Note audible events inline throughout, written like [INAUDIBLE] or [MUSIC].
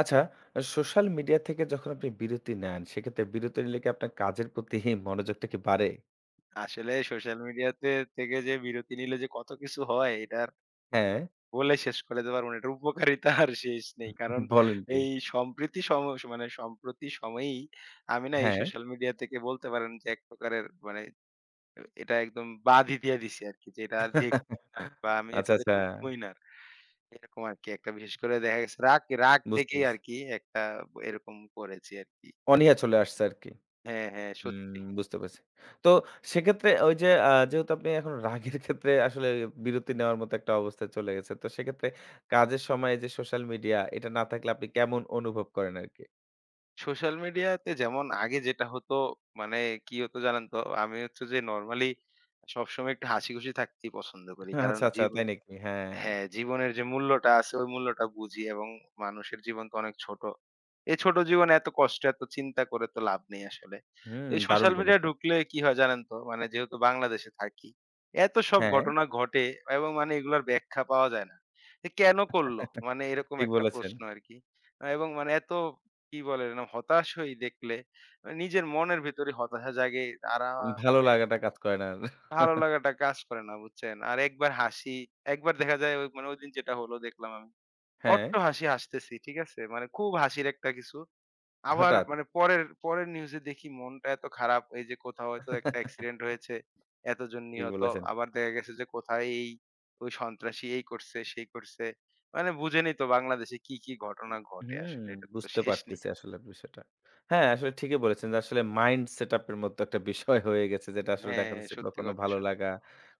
আচ্ছা, social media থেকে যখন আপনি বিরতি নেন, সেক্ষেত্রে বিরতি নিলে কি আপনার কাজের প্রতি মনোযোগটা কি বাড়ে? আসলে সোশ্যাল মিডিয়াতে থেকে যে বিরতি নিলে যে কত কিছু হয় এটা আর হ্যাঁ, বলে শেষ করে দিতে পারবো না। এটার উপকারিতা আর শেষ নেই। কারণ বলেন কি? এই সম্প্রতি সম মানে সম্প্রতি সময়েই আমি না এই হ্যাঁ। সোশ্যাল মিডিয়া থেকে বলতে পারেন যে এক প্রকারের মানে এটা একদম বাদই দিয়ে দিছি আরকি যে এটা আর দেখবোই না বা আমি আচ্ছা, এটাতে আচ্ছা। ঢুকবোই না। এরকম আরকি একটা বিশেষ করে দেখা গেছে রাগ, রাগ বুঝতে থেকেই পেরেছি। আরকি একটা এরকম করেছি আরকি। অনীহা চলে আসছে আরকি। হ্যাঁ, হ্যাঁ, হুম, সত্যি। বুঝতে পেরেছি। তো সেক্ষেত্রে ওই যে যেহেতু আপনি এখন রাগের ক্ষেত্রে আসলে বিরতি নেওয়ার মতো একটা অবস্থায় চলে গেছে। তো সেক্ষেত্রে কাজের সময় যে সোশ্যাল মিডিয়া এটা না থাকলে আপনি কেমন অনুভব করেন আরকি? সোশ্যাল মিডিয়াতে যেমন আগে যেটা হতো মানে কি হতো জানেন তো? আমি হচ্ছে যে নরমালি সবসময় একটু হাসিখুশি থাকতেই পছন্দ করি। কারণ আচ্ছা, আচ্ছা। তাই নাকি? হ্যাঁ। হ্যাঁ, জীবনের যে মূল্যটা আছে ওই মূল্যটা বুঝি, এবং মানুষের জীবন তো অনেক ছোট। এই ছোট জীবনে এত কষ্ট, এত চিন্তা করে তো লাভ নেই আসলে। হুম, এই দারুণ সোশ্যাল মিডিয়ায় বলেছেন। ঢুকলে কি হয় জানেন তো? মানে যেহেতু বাংলাদেশে থাকি, এত সব হ্যাঁ। ঘটনা ঘটে এবং মানে এগুলার ব্যাখ্যা পাওয়া যায় না। এ কেন করলো? মানে এরকম ঠিক একটা বলেছেন। প্রশ্ন আরকি। এবং মানে এত কি বলে? এর নাম হতাশ হই দেখলে, মানে নিজের মনের ভেতরে হতাশা জাগে। ভালো মানে লাগাটা কাজ করে না আর। ভালো লাগাটা কাজ করে না বুঝছেন? আর একবার হাসি, একবার দেখা যায় ওই মানে ওইদিন যেটা হলো দেখলাম আমি। হ্যাঁ, অট্ট হাসি হাসতেছি, ঠিক আছে? মানে খুব হাসির একটা কিছু। আবার হঠাৎ। মানে পরের, পরের নিউজে দেখি মনটা এত খারাপ, এই যে কোথাও হয়তো একটা অ্যাক্সিডেন্ট হয়েছে, এতজন ঠিক নিহত। বলেছেন। আবার দেখা গেছে যে কোথায় এই ওই সন্ত্রাসী এই করছে, সেই করছে। মানে বুঝেনই তো বাংলাদেশে কি, কি ঘটনা ঘটে হুম, আসলে, এটার তো বুঝতে শেষ নেই। পারতেছি আসলে বিষয়টা। হ্যাঁ, আসলে ঠিকই বলেছেন যে আসলে মাইন্ড সেটআপ এর মতো একটা বিষয় হয়ে গেছে যেটা আসলে হ্যাঁ, দেখা যাচ্ছে সত্যি কখনো কথা। ভালো সত্যি। লাগা,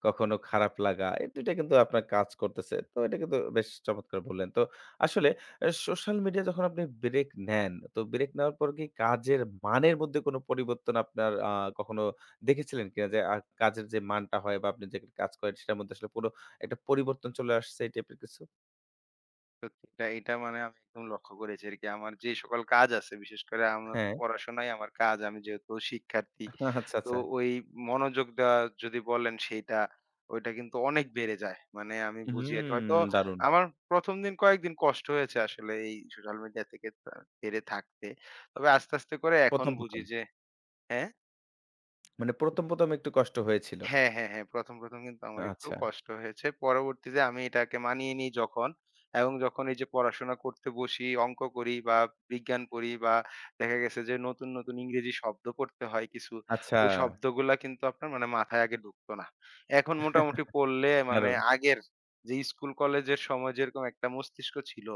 কখনো খারাপ লাগা। এই ২ টা কিন্তু আপনার কাজ করতেছে। তো এটা কিন্তু বেশ চমৎকার বললেন। তো আসলে সোশ্যাল মিডিয়া যখন আপনি ব্রেক নেন, তো ব্রেক নেওয়ার পর কি কাজের মানের মধ্যে কোনো পরিবর্তন আপনার কখনো দেখেছিলেন কিনা? যে কাজের যে মানটা হয় বা আপনি যে কাজ করেন সেটার মধ্যে আসলে পুরো একটা পরিবর্তন চলে আসছে এই টাইপের কিছু? সত্যি এটা এটা মানে আমি একদম লক্ষ্য করেছি আরকি। আমার যে সকল কাজ আছে বিশেষ করে আমার তো হ্যাঁ, পড়াশোনাই আমার কাজ। আমি যেহেতু শিক্ষার্থী। আচ্ছা, তো আচ্ছা। ওই মনোযোগ দেওয়া যদি বলেন সেইটা, ওইটা কিন্তু অনেক বেড়ে যায়। মানে আমি বুঝি আরকি। হুম, হয়তো দারুণ। আমার ১ম দিন কয়েকদিন কষ্ট হয়েছে আসলে এই সোশ্যাল মিডিয়া থেকে তা বেড়ে থাকতে। তবে আস্তে, আস্তে করে এখন ১ম, বুঝি ১ম যে হ্যাঁ? মানে ১ম, ১ম একটু কষ্ট হয়েছিল। হ্যাঁ, হ্যাঁ, হ্যাঁ। ১ম, ১ম কিন্তু আমার একটু আচ্ছা, কষ্ট হয়েছে। পরবর্তীতে আমি এটাকে মানিয়ে নিই যখন এবং যখন এই যে পড়াশোনা করতে বসি, অঙ্ক করি বা বিজ্ঞান পড়ি বা দেখা গেছে যে নতুন, নতুন ইংরেজি শব্দ পড়তে হয় কিছু। আচ্ছা। ওই শব্দগুলা কিন্তু আপনার মানে মাথায় আগে ঢুকতো না। এখন মোটামুটি পড়লে মানে দারুণ। আগের যে স্কুল কলেজের সময় যেরকম একটা মস্তিষ্ক ছিল,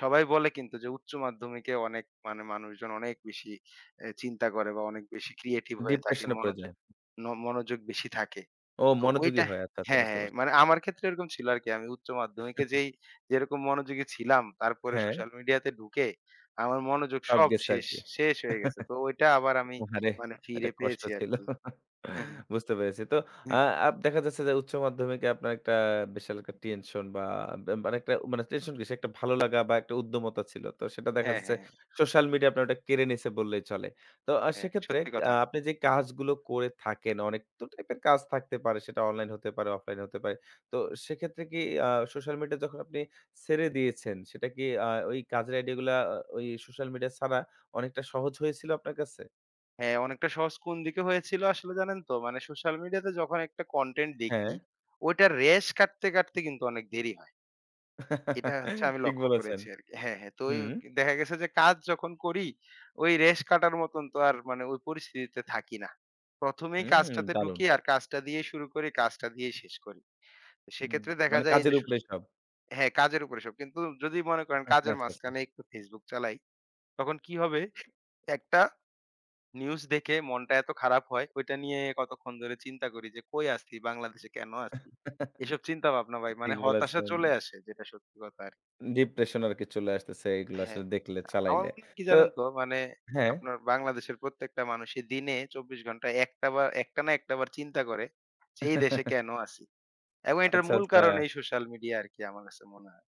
সবাই বলে কিন্তু যে উচ্চ মাধ্যমিকে অনেক মানে মানুষজন অনেক বেশি এ চিন্তা করে বা অনেক বেশি ক্রিয়েটিভ হয়ে থাকে। ডিপ্রেশন এ পড়ে যায়। মনোযোগ মনোযোগ বেশি থাকে। ও তো মনোযোগী ওইটা হয়। আচ্ছা, আচ্ছা, হ্যাঁ, বুঝতে হ্যাঁ। পারছি। মানে আমার ক্ষেত্রে এরকম ছিল আরকি। আমি উচ্চ মাধ্যমিকে যেই যেরকম মনোযোগী ছিলাম, তারপরে হ্যাঁ, সোশ্যাল মিডিয়াতে ঢুকে আমার মনোযোগ সব সব গেছে শেষ, আরকি। শেষ হয়ে গেছে। তো ওইটা আবার আমি আহারে! মানে এটা ফিরে কষ্ট পেয়েছি ছিল। আরকি। [LAUGHS] বুঝতে পেরেছি। তো আ আপ দেখা যাচ্ছে যে উচ্চ মাধ্যমিকে আপনার একটা বিশাল একটা টেনশন বা বা মানে একটা মানে টেনশন কিসে? একটা ভালো লাগা বা একটা উদ্যমতা ছিল। তো সেটা দেখা হ্যাঁ, যাচ্ছে হ্যাঁ, সোশ্যাল মিডিয়া আপনার ওটা কেড়ে নিছে বললেই চলে। তো হ্যাঁ। সেক্ষেত্রে সত্যি কথা। আপনি যে কাজগুলো করে থাকেন অনেক তো টাইপের কাজ থাকতে পারে। সেটা অনলাইন হতে পারে, অফলাইন হতে পারে। তো সেক্ষেত্রে কি সোশ্যাল মিডিয়া যখন আপনি ছেড়ে দিয়েছেন সেটা কি ওই কাজের আইডিয়া গুলা আহ, ওই সোশ্যাল মিডিয়া ছাড়া অনেকটা সহজ হয়েছিল আপনার কাছে? হ্যাঁ, অনেকটা সহজ কোন দিকে হয়েছিল আসলে জানেন তো? মানে সোশ্যাল মিডিয়াতে যখন একটা কনটেন্ট হ্যাঁ, দেখি, ওইটার রেশ কাটতে, কাটতে কিন্তু অনেক দেরি হয়। এটা হচ্ছে আমি ঠিক লক্ষ্য বলেছেন। করেছি আরকি। হ্যাঁ, হ্যাঁ। তো ওই হুম, দেখা গেছে যে কাজ যখন করি, ওই রেশ কাটার মতন তো আর মানে ওই পরিস্থিতিতে থাকি না। ১ম এই হুম, কাজটাতে দারুণ! ঢুকি আর কাজটা দিয়েই শুরু করি, কাজটা দিয়েই শেষ করি। তো হুম, সেক্ষেত্রে দেখা মানে যায় এই কাজের যে উপরেই সব। হ্যাঁ, কাজের উপরে সব। কিন্তু যদি মনে করেন কাজের আচ্ছা, আচ্ছা। মাঝখানে একটু Facebook চালাই, তখন কি হবে? একটা নিউজ দেখে মনটা এত খারাপ হয়, ওইটা নিয়ে কতক্ষণ ধরে চিন্তা করি যে কই আছি? বাংলাদেশে কেন আছি? এসব চিন্তা ভাবনা ভাই ঠিক মানে হতাশা বলেছেন। চলে আসে, যেটা সত্যি কথা আরকি। ডিপ্রেশন আরকি চলে আসতেছে এগুলো হ্যাঁ, আসলে দেখলে, আমার চালাইলে। মনে হয় কি তো জানেন তো? মানে হ্যাঁ। আপনার বাংলাদেশের প্রত্যেকটা মানুষই দিনে ২৪ ঘন্টায় একটা বা একটা না একটা বার চিন্তা করে যে এই দেশে কেন আছি? এবং এটার আচ্ছা, মূল আচ্ছা। কারণ এই সোশ্যাল মিডিয়া আরকি আমার কাছে মনে হয়।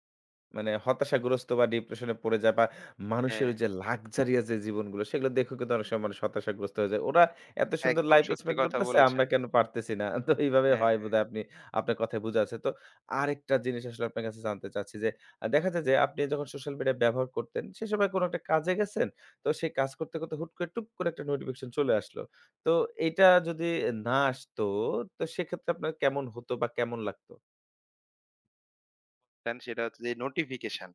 মানে হতাশাগ্রস্ত বা ডিপ্রেশন এ পড়ে যায় বা মানুষের হ্যাঁ, ওই যে লাক্সারিয়াস যে জীবনগুলো সেগুলো দেখেও কিন্তু অনেক সময় মানুষ হতাশাগ্রস্ত হয়ে যায়। ওরা এত সুন্দর একদম লাইফ সত্যি স্পেন্ড কথা করতেছে আমরা বলেছেন। কেন পারতেছি না? তো এইভাবে হ্যাঁ, হয় বোধহয় হ্যাঁ। আপনি আপনার কথায় বুঝা আছে। তো আরেকটা জিনিস আসলে আপনার কাছে জানতে চাচ্ছি যে দেখা যায় যে আপনি যখন সোশ্যাল মিডিয়া ব্যবহার করতেন সে সময় কোনো একটা কাজে গেছেন। তো সেই কাজ করতে, করতে হুট করে টুক করে একটা নোটিফিকেশন চলে আসলো। তো এইটা যদি না আসতো তো সেক্ষেত্রে আপনার কেমন হতো বা কেমন লাগতো? দেন সেটা হচ্ছে যে নোটিফিকেশন।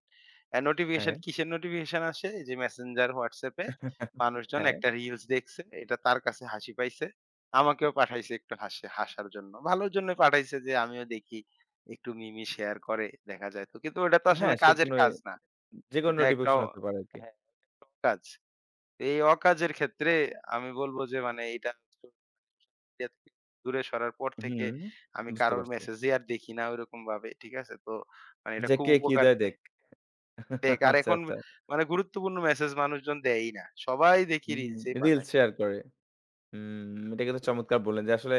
নোটিফিকেশন হ্যাঁ। কিসের নোটিফিকেশন আসে? এই যে Messenger, WhatsApp এ [LAUGHS] মানুষজন হ্যাঁ, একটা রিলস দেখছে। এটা তার কাছে হাসি পাইছে। আমাকেও পাঠাইছে একটু হাসি হাসার জন্য। ভালোর জন্য পাঠাইছে যে আমিও দেখি একটু মিমি শেয়ার করে দেখা যায় তো। কিন্তু ওটা তো হ্যাঁ, আসলে সে কাজের কোন কাজ না। যেকোনো ওইটা একটা নোটিফিকেশন হতে পারে আরকি। হ্যাঁ, কাজ। তো এই অকাজের ক্ষেত্রে আমি বলব যে মানে এটা social media থেকে দূরে সরার পর থেকে হুম, আমি বুঝতে কারোর পারছি। মেসেজই আর দেখি না ওইরকম ভাবে। ঠিক আছে? তো মানে এটা যে খুব কে কি উপকার দেয় দেখ। দেয়। ফেক। আর আচ্ছা, এখন আচ্ছা। মানে গুরুত্বপূর্ণ মেসেজ মানুষজন দেয়ই না। সবাই দেখি হুম। রিলসেই রিলস পাঠায়। শেয়ার করে। হুম, এটা কিন্তু চমৎকার বললেন যে আসলে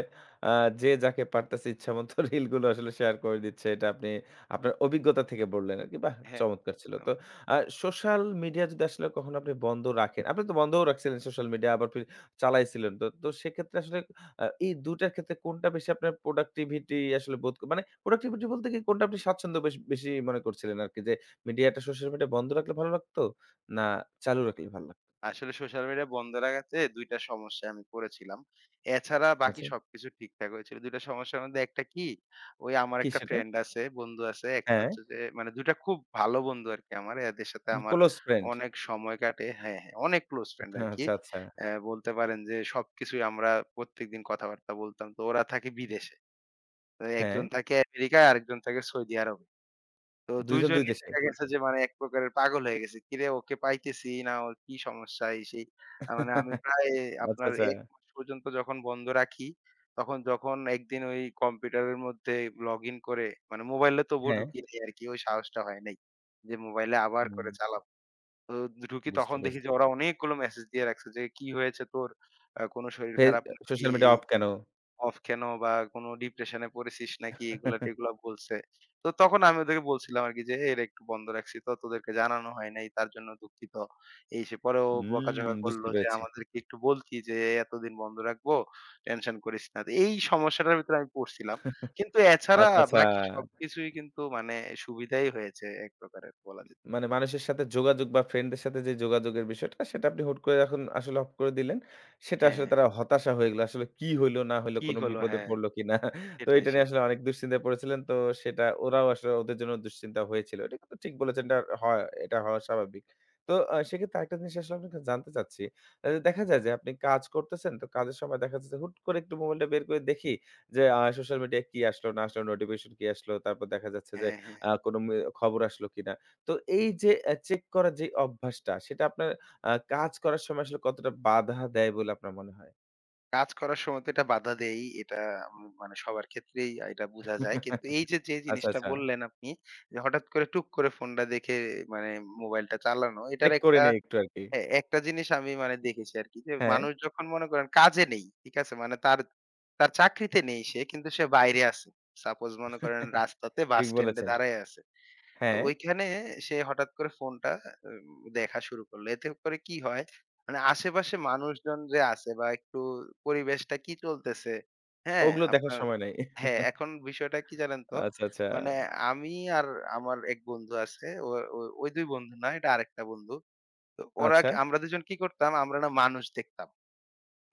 আ যে যাকে পারতেছে ইচ্ছামত [LAUGHS] রিলগুলো আসলে শেয়ার করে দিচ্ছে। এটা আপনি আপনার অভিজ্ঞতা থেকে বললেন আরকি। বাহ! হ্যাঁ, চমৎকার ছিল। একদম। তো আ সোশ্যাল মিডিয়া যদি আসলে কখনো আপনি বন্ধ রাখেন, আপনি তো বন্ধও রাখছিলেন সোশ্যাল মিডিয়া আবার ফির চালাইছিলেন। তো সেক্ষেত্রে আসলে এই ২ টার ক্ষেত্রে কোনটা বেশি আপনার প্রোডাক্টিভিটি আসলে বোধ ক- মানে প্রোডাক্টিভিটি বলতে কি কোনটা আপনি স্বাচ্ছন্দ্য বেশি মনে করছিলেন আরকি যে মিডিয়াটা সোশ্যাল মিডিয়া বন্ধ রাখলে ভালো লাগতো? না চালু রাখলে ভালো লাগতো? আসলে সোশ্যাল মিডিয়া বন্ধ রাখাতে ২ টা সমস্যায় আমি পড়েছিলাম। এছাড়া বাকি আচ্ছা। সবকিছু ঠিকঠাক হয়েছিল। ২ টা সমস্যার মধ্যে একটা কি? ওই আমার কি একটা সেটা? ফ্রেন্ড আছে, বন্ধু আছে। একটা হ্যাঁ, হচ্ছে যে মানে ২ টা খুব ভালো বন্ধু আরকি আমার। এদের সাথে আমার ক্লোজ ফ্রেন্ড। অনেক সময় কাটে। হ্যাঁ, হ্যাঁ, অনেক ক্লোজ ফ্রেন্ড হ্যাঁ, আরকি। আচ্ছা, আচ্ছা। বলতে পারেন যে সবকিছুই আমরা প্রত্যেকদিন কথাবার্তা বলতাম। তো ওরা থাকে বিদেশে। তো হ্যাঁ, একজন থাকে আমেরিকায়, আরেকজন থাকে সৌদি আরব। তো ২ ২ জন ২ জনেই দেশে। দেখা গেছে যে মানে এক প্রকারের পাগল হয়ে গেছি। কিরে ওকে পাইতেছি না, ওর কি সমস্যা, এই সেই। মানে আমি প্রায় আচ্ছা, আপনার আচ্ছা। ১ মাস পর্যন্ত যখন বন্ধ রাখি, তখন যখন একদিন ওই কম্পিউটারের মধ্যে লগইন করে মানে মোবাইলে তবুও হ্যাঁ, ঢুকি নাই আরকি, ওই সাহসটা হয় নাই। যে মোবাইলে আবার হুম, করে চালাবো। তো ঢুকি বুঝতে তখন দেখি পেরেছি। যে ওরা অনেকগুলো মেসেজ দিয়ে রাখছে যে, "কি হয়েছে তোর? কোনো শরীর ফেস খারাপ নাকি?" সোশ্যাল মিডিয়া এই অফ কেন? অফ কেন বা কোনো ডিপ্রেশনে পড়েছিস নাকি, এগুলা টেগুলা বলছে। তো তখন আমি ওদেরকে বলছিলাম আরকি যে, "এর একটু বন্ধ রাখছি তো তোদেরকে জানানো হয় নাই। তার জন্য দুঃখিত।" এই সে পরে ও হুম, বকাঝকা বুঝতে করলো যে, পেরেছি। "আমাদেরকে একটু বলতি যে এতদিন বন্ধ রাখবো, টেনশন করিস না।" তো এই সমস্যাটার ভিতরে আমি পড়ছিলাম। কিন্তু এছাড়া আচ্ছা, আচ্ছা। বাকি সবকিছুই কিন্তু মানে সুবিধাই হয়েছে এক প্রকারের বলা যেতে মানে পারে। মানুষের সাথে যোগাযোগ বা ফ্রেন্ডদের সাথে যে যোগাযোগের বিষয়টা, সেটা আপনি হুট করে এখন আসলে অফ করে দিলেন। সেটা আসলে হ্যাঁ, তারা হতাশা হয়ে গেল। আসলে কি হইলো না হইলো, কি কোনো হলো? বিপদে হ্যাঁ, পড়ল কিনা। [LAUGHS] তো সেটাই, এটা নিয়ে আসলে সেটাই। অনেক দুশ্চিন্তায় পড়েছিলেন। তো সেটা ওরাও আসলে ওদের জন্য দুশ্চিন্তা হয়েছিল। এটা কিন্তু ঠিক বলেছেন, এটা হয়, এটা হওয়া স্বাভাবিক। তো সেক্ষেত্রে আরেকটা জিনিস আসলে আপনার কাছে জানতে চাচ্ছি। দেখা যায় যে আপনি কাজ করতেছেন, তো কাজের সময় দেখা যাচ্ছে হুট করে একটু মোবাইলটা বের করে দেখি যে সোশ্যাল মিডিয়ায় কি আসলো না আসলো, নোটিফিকেশন কি আসলো। তারপর দেখা যাচ্ছে যে হ্যাঁ, হ্যাঁ। কোনো মে খবর আসলো কিনা। তো এই যে চেক করার যে অভ্যাসটা, সেটা আপনার কাজ করার সময় আসলে কতটা বাধা দেয় বলে আপনার মনে হয়? কাজ করার সময় তো এটা বাধা দেয়ই। এটা মানে সবার ক্ষেত্রেই এটা বুঝা যায়। কিন্তু এই যে, যে আচ্ছা, জিনিসটা আচ্ছা। বললেন আপনি যে, হঠাৎ করে টুক করে ফোনটা দেখে মানে মোবাইলটা চালানো, এটার চেক করে একটা নেই একটু আরকি। এ একটা জিনিস আমি মানে দেখেছি আরকি যে, হ্যাঁ, মানুষ যখন মনে করেন কাজে নেই, ঠিক আছে? মানে তার, তার চাকরিতে নেই, সে কিন্তু সে বাইরে আছে। সাপোজ মনে করেন রাস্তাতে বাস ঠিক স্ট্যান্ডে বলেছেন। দাঁড়ায় আছে। তো হ্যাঁ, ওইখানে সে হঠাৎ করে ফোনটা দেখা শুরু করলো। এতে করে কি হয়, মানে আশেপাশে মানুষজন যে আছে বা একটু পরিবেশটা কি চলতেছে, হ্যাঁ? ওগুলো দেখার আপনার সময় নাই। হ্যাঁ, এখন বিষয়টা কি জানেন তো? আচ্ছা, আচ্ছা। মানে আমি আর আমার এক বন্ধু আছে। ও ও ওই ২ বন্ধু না, এটা আরেকটা বন্ধু। তো ওরা আচ্ছা। কি- আমরা দুজন কি করতাম? আমরা না মানুষ দেখতাম।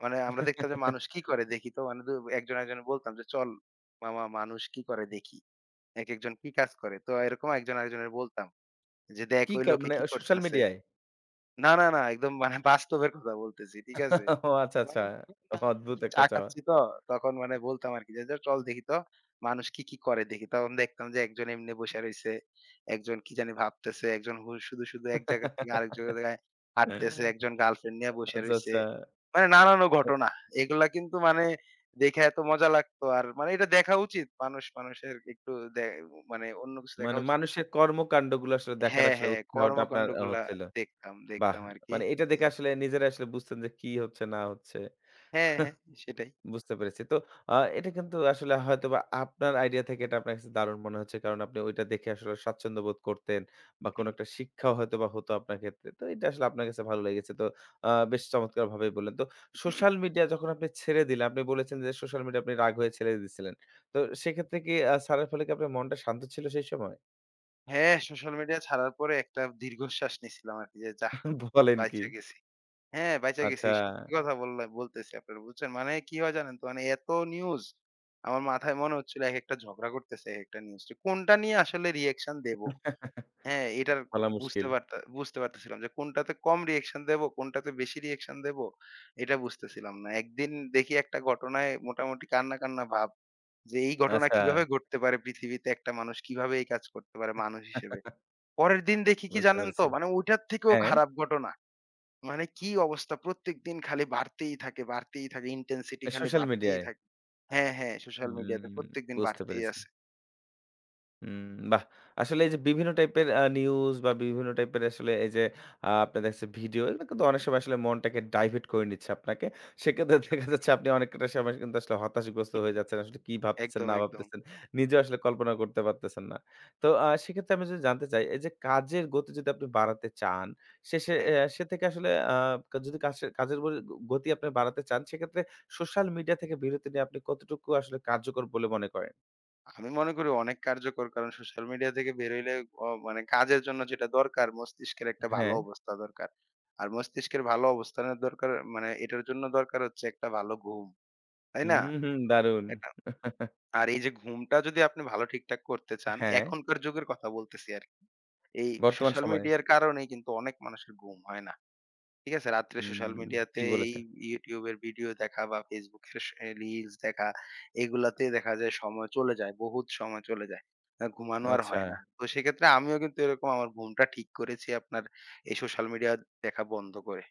মানে আমরা দেখতাম যে মানুষ কি করে দেখি তো মানে দু একজন আরেকজনের বলতাম যে, "চল মামা মানুষ কি করে দেখি। একেকজন কি কাজ করে।" তো এরকম একজন আরেকজনের বলতাম। যে দেখ কি ওই কা লোকে মানে কি সোশ্যাল করতেছে। মিডিয়ায়? না, না, না, একদম মানে বাস্তবের কথা বলতেছি। ঠিক আছে? ও আচ্ছা, আচ্ছা। মানে মনে করেন দাঁড়ায় অদ্ভুত আছি, চা একটা চাওয়া। খাচ্ছি তো তখন মানে বলতাম আরকি যে, "যা চল দেখি তো মানুষ কি, কি করে দেখি।" তখন দেখতাম যে একজন এমনি বইসা রইছে, একজন কি জানি ভাবতেছে, একজন শুধু, শুধু এক জায়গা থেকে আরেক জায়গায় হাঁটতেছে, একজন গার্লফ্রেন্ড নিয়ে বইসা আচ্ছা, রইছে। আচ্ছা। মানে নানান ঘটনা। এগুলা কিন্তু মানে দেখে এত মজা লাগতো। আর মানে এটা দেখা উচিত। মানুষ মানুষের একটু দে মানে অন্য কিছু দেখা মানে উচিত। মানুষের কর্মকাণ্ডগুলো আসলে দেখার হ্যাঁ, আসলে হ্যাঁ, উৎসাহটা আপনার কর্মকান্ডগুলা হচ্ছিল। দেখতাম, বাহ! দেখতাম আরকি। মানে এটা দেখে আসলে নিজেরাই আসলে বুঝতেন যে কি হচ্ছে না হচ্ছে। হ্যাঁ, হ্যাঁ, সেটাই। বুঝতে পেরেছি। তো এটা কিন্তু আসলে হয়তোবা আপনার আইডিয়া থেকে এটা আপনার কাছে দারুণ মনে হচ্ছে। কারণ আপনি ওইটা দেখে আসলে স্বাচ্ছন্দ্য বোধ করতেন বা কোনো একটা শিক্ষাও হয়তোবা হতো আপনার ক্ষেত্রে। তো এটা আসলে আপনার কাছে ভালো লেগেছে। তো বেশ চমৎকারভাবেই বললেন। তো সোশ্যাল মিডিয়া যখন আপনি ছেড়ে দিলেন, আপনি বলেছেন যে সোশ্যাল মিডিয়া আপনি রাগ হয়ে ছেড়ে দিয়েছিলেন। তো সেক্ষেত্রে কি ছাড়ার ফলে কি আপনার মনটা শান্ত ছিল সেই সময়? হ্যাঁ, সোশ্যাল মিডিয়া ছাড়ার পরে একটা দীর্ঘশ্বাস নিছিলাম আরকি যে, যাহ! বলেন কি? বাইচা গেছি। হ্যাঁ, বাইচা আচ্ছা। গেছি। সত্যি কথা বললাম বলতেছি আপনারে, বুঝছেন? মানে কি হয় জানেন তো? মানে এত নিউজ আমার মাথায় মনে হচ্ছিল একেকটা ঝগড়া করতেছে একেকটা নিউজ। যে কোনটা নিয়ে আসলে রিঅ্যাকশন দেবো? হ্যাঁ, এটার উ বলা বুঝতে মুশকিল। পারতা বুঝতে পারতেছিলাম যে কোনটাতে কম রিঅ্যাকশন দেবো, কোনটাতে বেশি রিঅ্যাকশন দেবো, এটা বুঝতেছিলাম না। একদিন দেখি একটা ঘটনায় মোটামুটি কান্না, কান্না ভাব। যে এই ঘটনা আচ্ছা। কিভাবে ঘটতে পারে পৃথিবীতে, একটা মানুষ কিভাবে এই কাজ করতে পারে মানুষ হিসেবে। পরের দিন দেখি কি বুঝতে জানেন তো পেরেছি। মানে ওইটার থেকেও হ্যাঁ, খারাপ ঘটনা। মানে কি অবস্থা, প্রত্যেকদিন খালি বাড়তেই থাকে, বাড়তেই থাকে। ইনটেনসিটি খালি সোশ্যাল বাড়তেই মিডিয়ায়। থাকে। হ্যাঁ, হ্যাঁ, সোশ্যাল মিডিয়াতে হুম, প্রত্যেকদিন বুঝতে বাড়তেই পেরেছি। আছে। হুম, বাহ! আসলে এই যে বিভিন্ন টাইপের নিউজ বা বিভিন্ন টাইপের আসলে এই যে আপনার দেখা যাচ্ছে ভিডিও এগুলো কিন্তু অনেক সময় আসলে মনটাকে ডাইভার্ট করে নিচ্ছে আপনাকে। সেক্ষেত্রে [LAUGHS] দেখা সত্যি যাচ্ছে কথা। আপনি অনেকটা সময় কিন্তু আসলে হতাশগ্রস্ত হুম, হয়ে হুম। যাচ্ছেন। আসলে কি ভাবতেছেন একদম, না একদম। ভাবতেছেন, নিজেও আসলে কল্পনা করতে পারতেছেন না। তো সেক্ষেত্রে আমি যদি জানতে চাই এই যে কাজের গতি যদি আপনি বাড়াতে চান, শেষে হ্যাঁ। অ্যা সে থেকে আসলে আ যদি কাশে কাজের বলে গতি আপনি বাড়াতে চান সেক্ষেত্রে সোশ্যাল মিডিয়া থেকে বিরতি নিয়ে আপনি কতটুকু আসলে কার্যকর বলে মনে করেন? আমি মনে করি অনেক কার্যকর, কারণ সোশ্যাল মিডিয়া থেকে বের হইলে মানে কাজের জন্য যেটা দরকার মস্তিষ্কের একটা ভালো হ্যাঁ। অবস্থা দরকার। আর মস্তিষ্কের ভালো অবস্থানের দরকার মানে এটার জন্য দরকার হচ্ছে একটা ভালো ঘুম। তাই না? হুম, হুম, দারুণ! এটা আর এই যে ঘুমটা যদি আপনি ভালো ঠিকঠাক করতে চান, হ্যাঁ, এখনকার যুগের কথা বলতেছি আরকি। এই বর্তমান সোশ্যাল সময়ে। মিডিয়ার কারণেই কিন্তু অনেক মানুষের ঘুম হয় না। ঠিক আছে? রাত্রে সোশ্যাল হুম, মিডিয়াতে ঠিক এই বলেছেন। YouTube এর ভিডিও দেখা বা Facebook এর রিলস দেখা, এগুলাতে দেখা যায় সময় চলে যায়, বহুত সময় চলে যায়। ঘুমানো আর আচ্ছা। হয় না। তো সেক্ষেত্রে আমিও কিন্তু এরকম আমার ঘুমটা ঠিক করেছি আপনার এই সোশ্যাল মিডিয়া দেখা বন্ধ করে।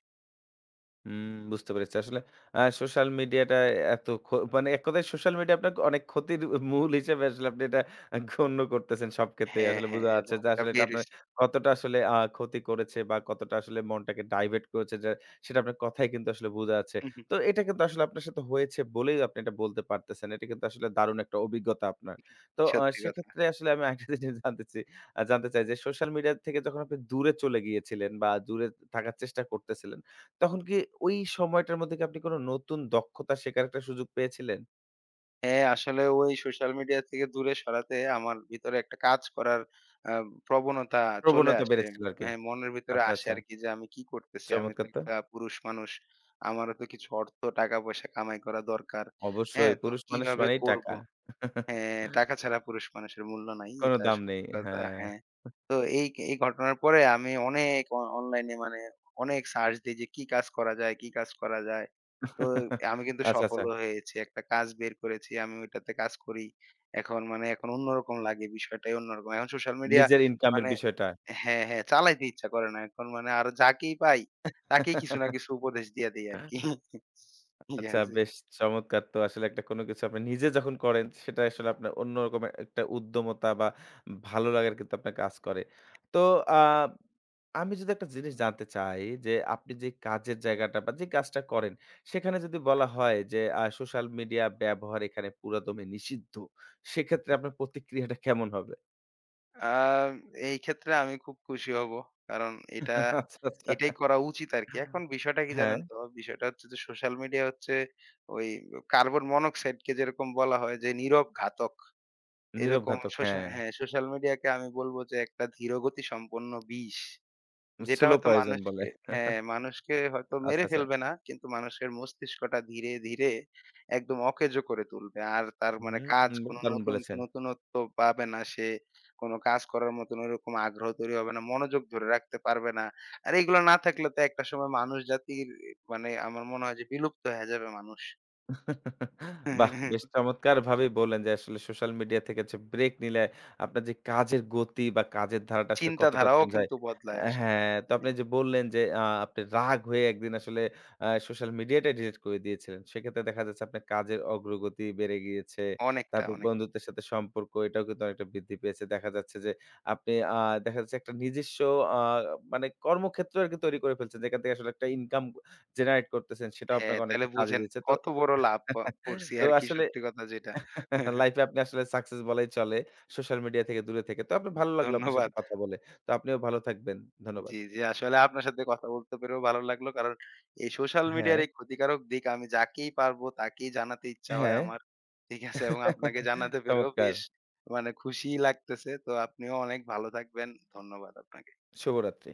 হুম, বুঝতে পেরেছি। আসলে সোশ্যাল মিডিয়াটা এত খ মানে এক কথায় সোশ্যাল মিডিয়া আপনার অনেক ক্ষতির মূল হিসেবে আসলে আপনি এটা গণ্য করতেছেন সব ক্ষেত্রেই। হ্যাঁ, আসলে হ্যাঁ, বোঝা হ্যাঁ, যাচ্ছে এবং যে এটা আসলে এটা বের আপনার হইছি। কতটা আসলে ক্ষতি করেছে বা কতটা আসলে মনটাকে ডাইভার্ট করেছে যে সেটা আপনার কথায় কিন্তু আসলে বোঝা যাচ্ছে। হু, হু। তো এটা কিন্তু আসলে আপনার সাথে হয়েছে বলেই আপনি এটা বলতে পারতেছেন। এটা কিন্তু আসলে দারুণ একটা অভিজ্ঞতা আপনার। তো সত্যি কথা। সেক্ষেত্রে আসলে আমি আরেকটা জিনিস জানতে চি জানতে চাই যে সোশ্যাল মিডিয়া থেকে যখন আপনি দূরে চলে গিয়েছিলেন বা দূরে থাকার চেষ্টা করতেছিলেন তখন কি ওই সময়টার মধ্যে কি আপনি কোনো নতুন দক্ষতা শেখার একটা সুযোগ পেয়েছিলেন? হ্যাঁ, আসলে ওই সোশ্যাল মিডিয়া থেকে দূরে সরাতে আমার ভিতরে একটা কাজ করার আ প্রবণতা চলে প্রবণতা আসে। বেড়েছিল আরকি। হ্যাঁ, মনের ভিতরে আচ্ছা, আসে আচ্ছা। আরকি যে আমি কি করতেছি? আমি তো চমৎকার তো। একটা পুরুষ মানুষ। আমারও তো কিছু অর্থ টাকা-পয়সা কামাই করা দরকার। অবশ্যই হ্যাঁ, তো পুরুষ মানুষ কিভাবে মানেই করব? টাকা। হ্যাঁ, টাকা ছাড়া পুরুষ মানুষের মূল্য নাই। কোনো এটা দাম নেই। সত্যি কথা, হ্যাঁ। হ্যাঁ। তো এই এই ঘটনার পরে আমি অনেক অনলাইনে মানে অনেক সার্চ দেই যে কি কাজ করা যায়, কি কাজ করা যায়। তো আমি কিন্তু আচ্ছা, আচ্ছা। সফলও হয়েছি। একটা কাজ বের করেছি। আমি ওইটাতে কাজ করি। এখন মানে এখন অন্যরকম লাগে, বিষয়টাই অন্যরকম। এখন সোশ্যাল মিডিয়া নিজের ইনকামের মানে বিষয়টা। হ্যাঁ, হ্যাঁ, চালাইতে ইচ্ছা করে না। এখন মানে আরো যাকেই পাই তাকেই কিছু না কিছু উপদেশ দিয়া দেই আরকি। [LAUGHS] ঠিক আচ্ছা, আছে। বেশ চমৎকার! তো আসলে একটা কোনো কিছু আপনি নিজে যখন করেন সেটা আসলে আপনার অন্যরকম একটা উদ্যমতা বা ভালো লাগার কিন্তু আপনার কাজ করে। তো আ আমি যদি একটা জিনিস জানতে চাই যে আপনি যে কাজের জায়গাটা বা যে কাজটা করেন সেখানে যদি বলা হয় যে সোশ্যাল মিডিয়া ব্যবহার এখানে পুরাদমে নিষিদ্ধ। সেক্ষেত্রে আপনার প্রতিক্রিয়াটা কেমন হবে? আ এই ক্ষেত্রে আমি খুব খুশি হব। কারণ এটা আচ্ছা, আচ্ছা। এটাই করা উচিত আরকি। এখন বিষয়টা কি হ্যাঁ, জানেন তো? বিষয়টা হচ্ছে যে সোশ্যাল মিডিয়া হচ্ছে ওই কার্বন মনোক্সাইডকে যেরকম বলা হয় যে নীরব ঘাতক। নীরব এরকম ঘাতক, হ্যাঁ। হ্যাঁ, সোশ্যাল মিডিয়াকে আমি বলব যে একটা ধীরগতি সম্পন্ন বিষ। যেটা স্লো হয়তো পয়জন বলে। হ্যাঁ, মানুষকে হয়তো আচ্ছা, মেরে আচ্ছা। ফেলবে না, কিন্তু মানুষের মস্তিষ্কটা ধীরে, ধীরে একদম অকেজো করে তুলবে। আর তার হুম, মানে কাজ কোনো দারুণ নতুন বলেছেন। নতুনত্ব পাবে না সে। কোনো কাজ করার মতন ওইরকম আগ্রহ তৈরি হবে না। মনোযোগ ধরে রাখতে পারবে না। আর এগুলো না থাকলে তো একটা সময় মানুষ জাতির মানে আমার মনে হয় যে বিলুপ্ত হয়ে যাবে মানুষ। বাহ! বেশ [LAUGHS] চমৎকারভাবেই বললেন যে আসলে সোশ্যাল মিডিয়া থেকে যে ব্রেক নিলে আপনার যে কাজের গতি বা কাজের ধারাটা আসলে কতটা চিন্তাধারাও চেঞ্জ হয়। কিন্তু বদলায় অ্যা আসলে। হ্যাঁ, তো আপনি হ্যাঁ, যে বললেন যে আপনি রাগ হয়ে একদিন আসলে সোশ্যাল মিডিয়াটাই ডিলিট করে দিয়েছিলেন। সেক্ষেত্রে দেখা যাচ্ছে আপনার কাজের অগ্রগতি বেড়ে গিয়েছে। অনেকটা, তারপর অনেক। বন্ধুত্বের সাথে সম্পর্ক এটাও কিন্তু অনেকটা বৃদ্ধি পেয়েছে। দেখা যাচ্ছে যে আপনি দেখা যাচ্ছে একটা নিজস্ব আ মানে কর্মক্ষেত্র আরকি তৈরি করে ফেলছেন। যেখান থেকে আসলে একটা ইনকাম জেনারেট করতেছেন সেটাও হ্যাঁ, আপনাকে তাহলে অনেকটা কাজে বুঝেন দিচ্ছে। তো কত বড় লাভ করছি তো আরকি, আসলে সত্যি কথা যেটা। [LAUGHS] লাইফে আপনি আসলে সাকসেস বলাই চলে। সোশ্যাল মিডিয়া থেকে দূরে থেকে। তো আপনার হুম, ভালো লাগলো আপনার সাথে ধন্যবাদ। কথা বলে। তো আপনিও ভালো থাকবেন। ধন্যবাদ। জি, জি। আসলে আপনার সাথে কথা বলতে পেরেও ভালো লাগলো। কারণ এই সোশ্যাল মিডিয়ার হ্যাঁ, এই ক্ষতিকারক দিক আমি যাকেই পারবো তাকেই জানাতে ইচ্ছা হয় হ্যাঁ। আমার। ঠিক আছে? এবং আপনাকে [LAUGHS] জানাতে পেরেও চমৎকার। বেশ মানে খুশিই লাগতেছে। তো আপনিও অনেক ভালো থাকবেন। ধন্যবাদ আপনাকে। শুভরাত্রি।